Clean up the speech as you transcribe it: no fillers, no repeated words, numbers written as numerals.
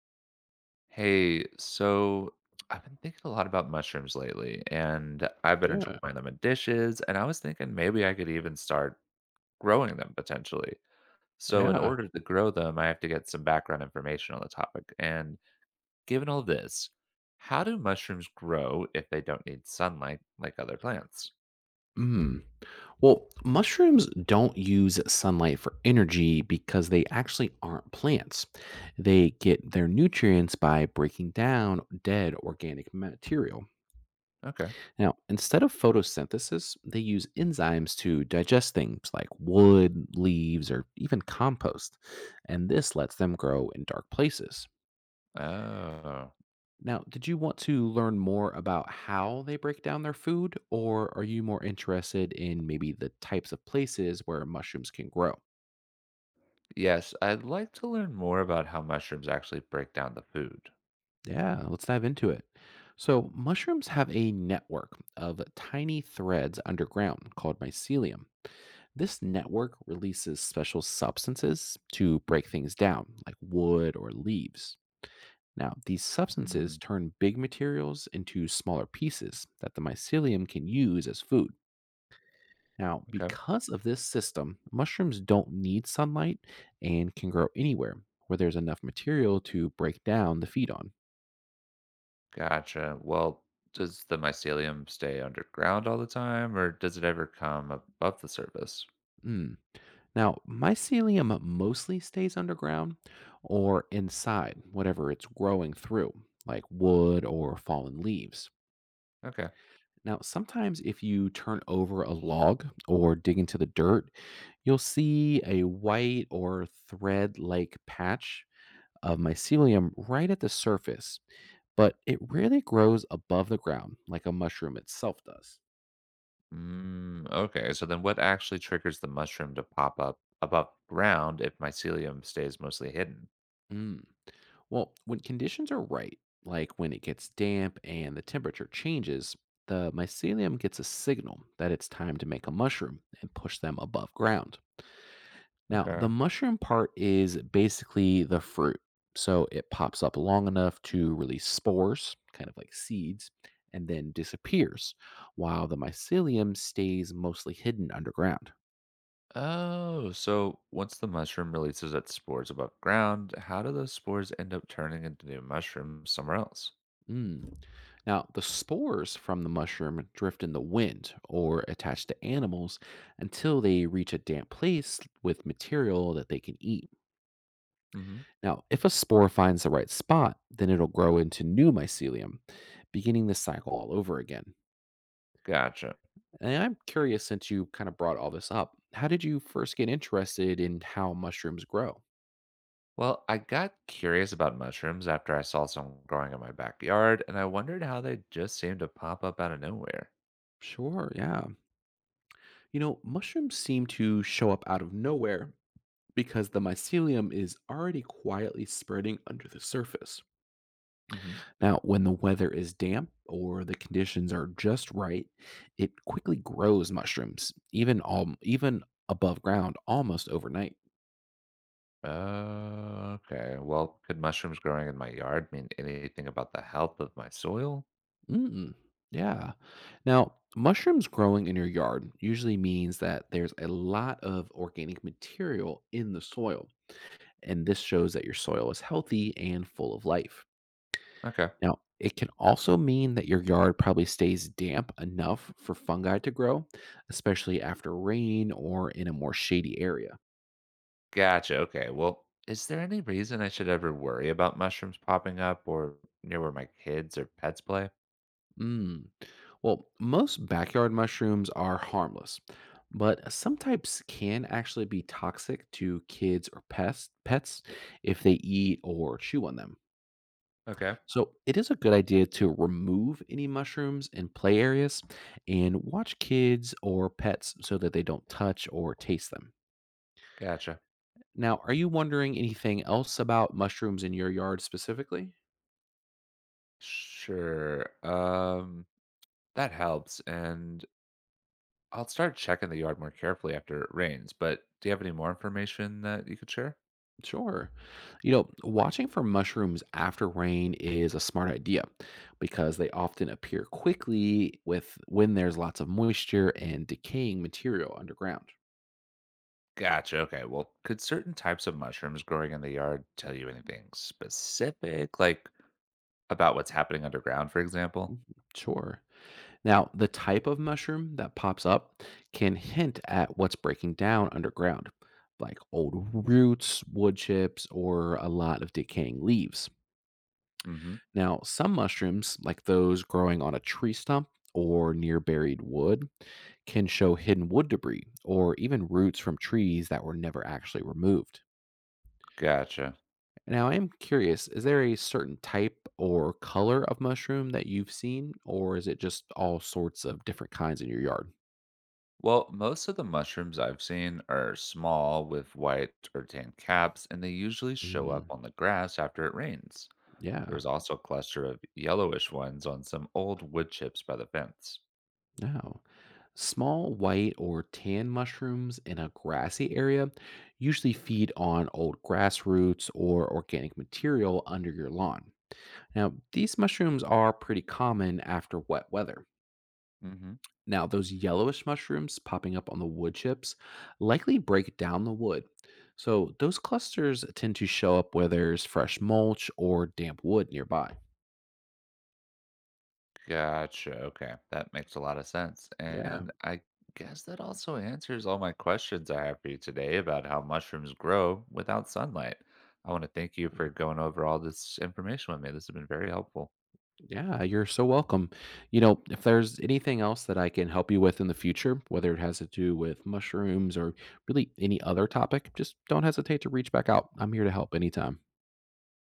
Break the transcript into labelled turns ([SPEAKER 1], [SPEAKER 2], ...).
[SPEAKER 1] Hey, so I've been thinking a lot about mushrooms lately, and I've been
[SPEAKER 2] Yeah,
[SPEAKER 1] enjoying them in dishes, and I was thinking maybe I could even start growing them potentially. So in
[SPEAKER 2] yeah,
[SPEAKER 1] order to grow them, I have to get some background information on the topic. And given all this, how do mushrooms grow if they don't need sunlight like other plants?
[SPEAKER 2] Mm. Well, mushrooms don't use sunlight for energy because they actually aren't plants. They get their nutrients by breaking down dead organic material.
[SPEAKER 1] Okay.
[SPEAKER 2] Now, instead of photosynthesis, they use enzymes to digest things like wood, leaves, or even compost. And this lets them grow in dark places.
[SPEAKER 1] Oh.
[SPEAKER 2] Now, did you want to learn more about how they break down their food, or are you more interested in maybe the types of places where mushrooms can grow?
[SPEAKER 1] Yes, I'd like to learn more about how mushrooms actually break down the food.
[SPEAKER 2] Yeah, let's dive into it. So, mushrooms have a network of tiny threads underground called mycelium. This network releases special substances to break things down, like wood or leaves. Now, these substances
[SPEAKER 1] Mm,
[SPEAKER 2] turn big materials into smaller pieces that the mycelium can use as food. Now,
[SPEAKER 1] okay.
[SPEAKER 2] because of this system, mushrooms don't need sunlight and can grow anywhere where there's enough material to break down the feed on.
[SPEAKER 1] Gotcha. Well, does the mycelium stay underground all the time, or does it ever come above the surface?
[SPEAKER 2] Mm. Now, mycelium mostly stays underground or inside whatever it's growing through, like wood or fallen leaves.
[SPEAKER 1] Okay.
[SPEAKER 2] Now, sometimes if you turn over a log or dig into the dirt, you'll see a white or thread like patch of mycelium right at the surface but it rarely grows above the ground like a mushroom itself does.
[SPEAKER 1] Mm, okay. So then, what actually triggers the mushroom to pop up above ground if mycelium stays mostly hidden?
[SPEAKER 2] Mm, Well, when conditions are right, like when it gets damp and the temperature changes, the mycelium gets a signal that it's time to make a mushroom and push them above ground. Now, the
[SPEAKER 1] Okay.
[SPEAKER 2] mushroom part is basically the fruit. So it pops up long enough to release spores, kind of like seeds, and then disappears, while the mycelium stays mostly hidden underground.
[SPEAKER 1] Oh, so once the mushroom releases its spores above ground, how do those spores end up turning into new mushrooms somewhere else?
[SPEAKER 2] Mm. Now, the spores from the mushroom drift in the wind or attach to animals until they reach a damp place with material that they can eat.
[SPEAKER 1] Hmm.
[SPEAKER 2] Now, if a spore finds the right spot, then it'll grow into new mycelium, beginning the cycle all over again.
[SPEAKER 1] Gotcha.
[SPEAKER 2] And I'm curious, since you kind of brought all this up, how did you first get interested in how mushrooms grow?
[SPEAKER 1] Well, I got curious about mushrooms after I saw some growing in my backyard, and I wondered how they just seemed to pop up out of nowhere.
[SPEAKER 2] Sure, yeah. You know, mushrooms seem to show up out of nowhere because the mycelium is already quietly spreading under the surface.
[SPEAKER 1] Hmm.
[SPEAKER 2] Now, when the weather is damp or the conditions are just right, it quickly grows mushrooms, even above ground, almost overnight.
[SPEAKER 1] Okay. Well, could mushrooms growing in my yard mean anything about the health of my soil?
[SPEAKER 2] Mm, yeah. Now, mushrooms growing in your yard usually means that there's a lot of organic material in the soil, and this shows that your soil is healthy and full of life.
[SPEAKER 1] Okay.
[SPEAKER 2] Now, it can also mean that your yard probably stays damp enough for fungi to grow, especially after rain or in a more shady area.
[SPEAKER 1] Gotcha. Okay. Well, is there any reason I should ever worry about mushrooms popping up or near where my kids or pets play?
[SPEAKER 2] Mm. Well, most backyard mushrooms are harmless, but some types can actually be toxic to kids or pets if they eat or chew on them.
[SPEAKER 1] Okay.
[SPEAKER 2] So, it is a good idea to remove any mushrooms in play areas and watch kids or pets so that they don't touch or taste them.
[SPEAKER 1] Gotcha.
[SPEAKER 2] Now, are you wondering anything else about mushrooms in your yard specifically?
[SPEAKER 1] Sure. That helps. And I'll start checking the yard more carefully after it rains, but do you have any more information that you could share?
[SPEAKER 2] Sure. You know, watching for mushrooms after rain is a smart idea because they often appear quickly with when there's lots of moisture and decaying material underground.
[SPEAKER 1] Gotcha. Okay. Well, could certain types of mushrooms growing in the yard tell you anything specific, like about what's happening underground, for example?
[SPEAKER 2] Sure. Now, the type of mushroom that pops up can hint at what's breaking down underground, like old roots, wood chips, or a lot of decaying leaves.
[SPEAKER 1] Mm hmm.
[SPEAKER 2] Now, some mushrooms, like those growing on a tree stump or near buried wood, can show hidden wood debris or even roots from trees that were never actually removed.
[SPEAKER 1] Gotcha.
[SPEAKER 2] Now, I am curious, is there a certain type or color of mushroom that you've seen, or is it just all sorts of different kinds in your yard?
[SPEAKER 1] Well, most of the mushrooms I've seen are small with white or tan caps, and they usually show up
[SPEAKER 2] Mm,
[SPEAKER 1] on the grass after it rains. There
[SPEAKER 2] yeah.
[SPEAKER 1] was also a cluster of yellowish ones on some old wood chips by the fence.
[SPEAKER 2] No. Small white or tan mushrooms in a grassy area usually feed on old grass roots or organic material under your lawn. Now, these mushrooms are pretty common after wet weather.
[SPEAKER 1] Mm hmm.
[SPEAKER 2] Now, those yellowish mushrooms popping up on the wood chips likely break down the wood. So, those clusters tend to show up where there's fresh mulch or damp wood nearby.
[SPEAKER 1] Gotcha. Okay. That makes a lot of sense.
[SPEAKER 2] Yeah.
[SPEAKER 1] And I guess that also answers all my questions I have for you today about how mushrooms grow without sunlight. I want to thank you for going over all this information with me. This has been very helpful.
[SPEAKER 2] Yeah. You're so welcome. You know, if there's anything else that I can help you with in the future, whether it has to do with mushrooms or really any other topic, just don't hesitate to reach back out. I'm here to help anytime.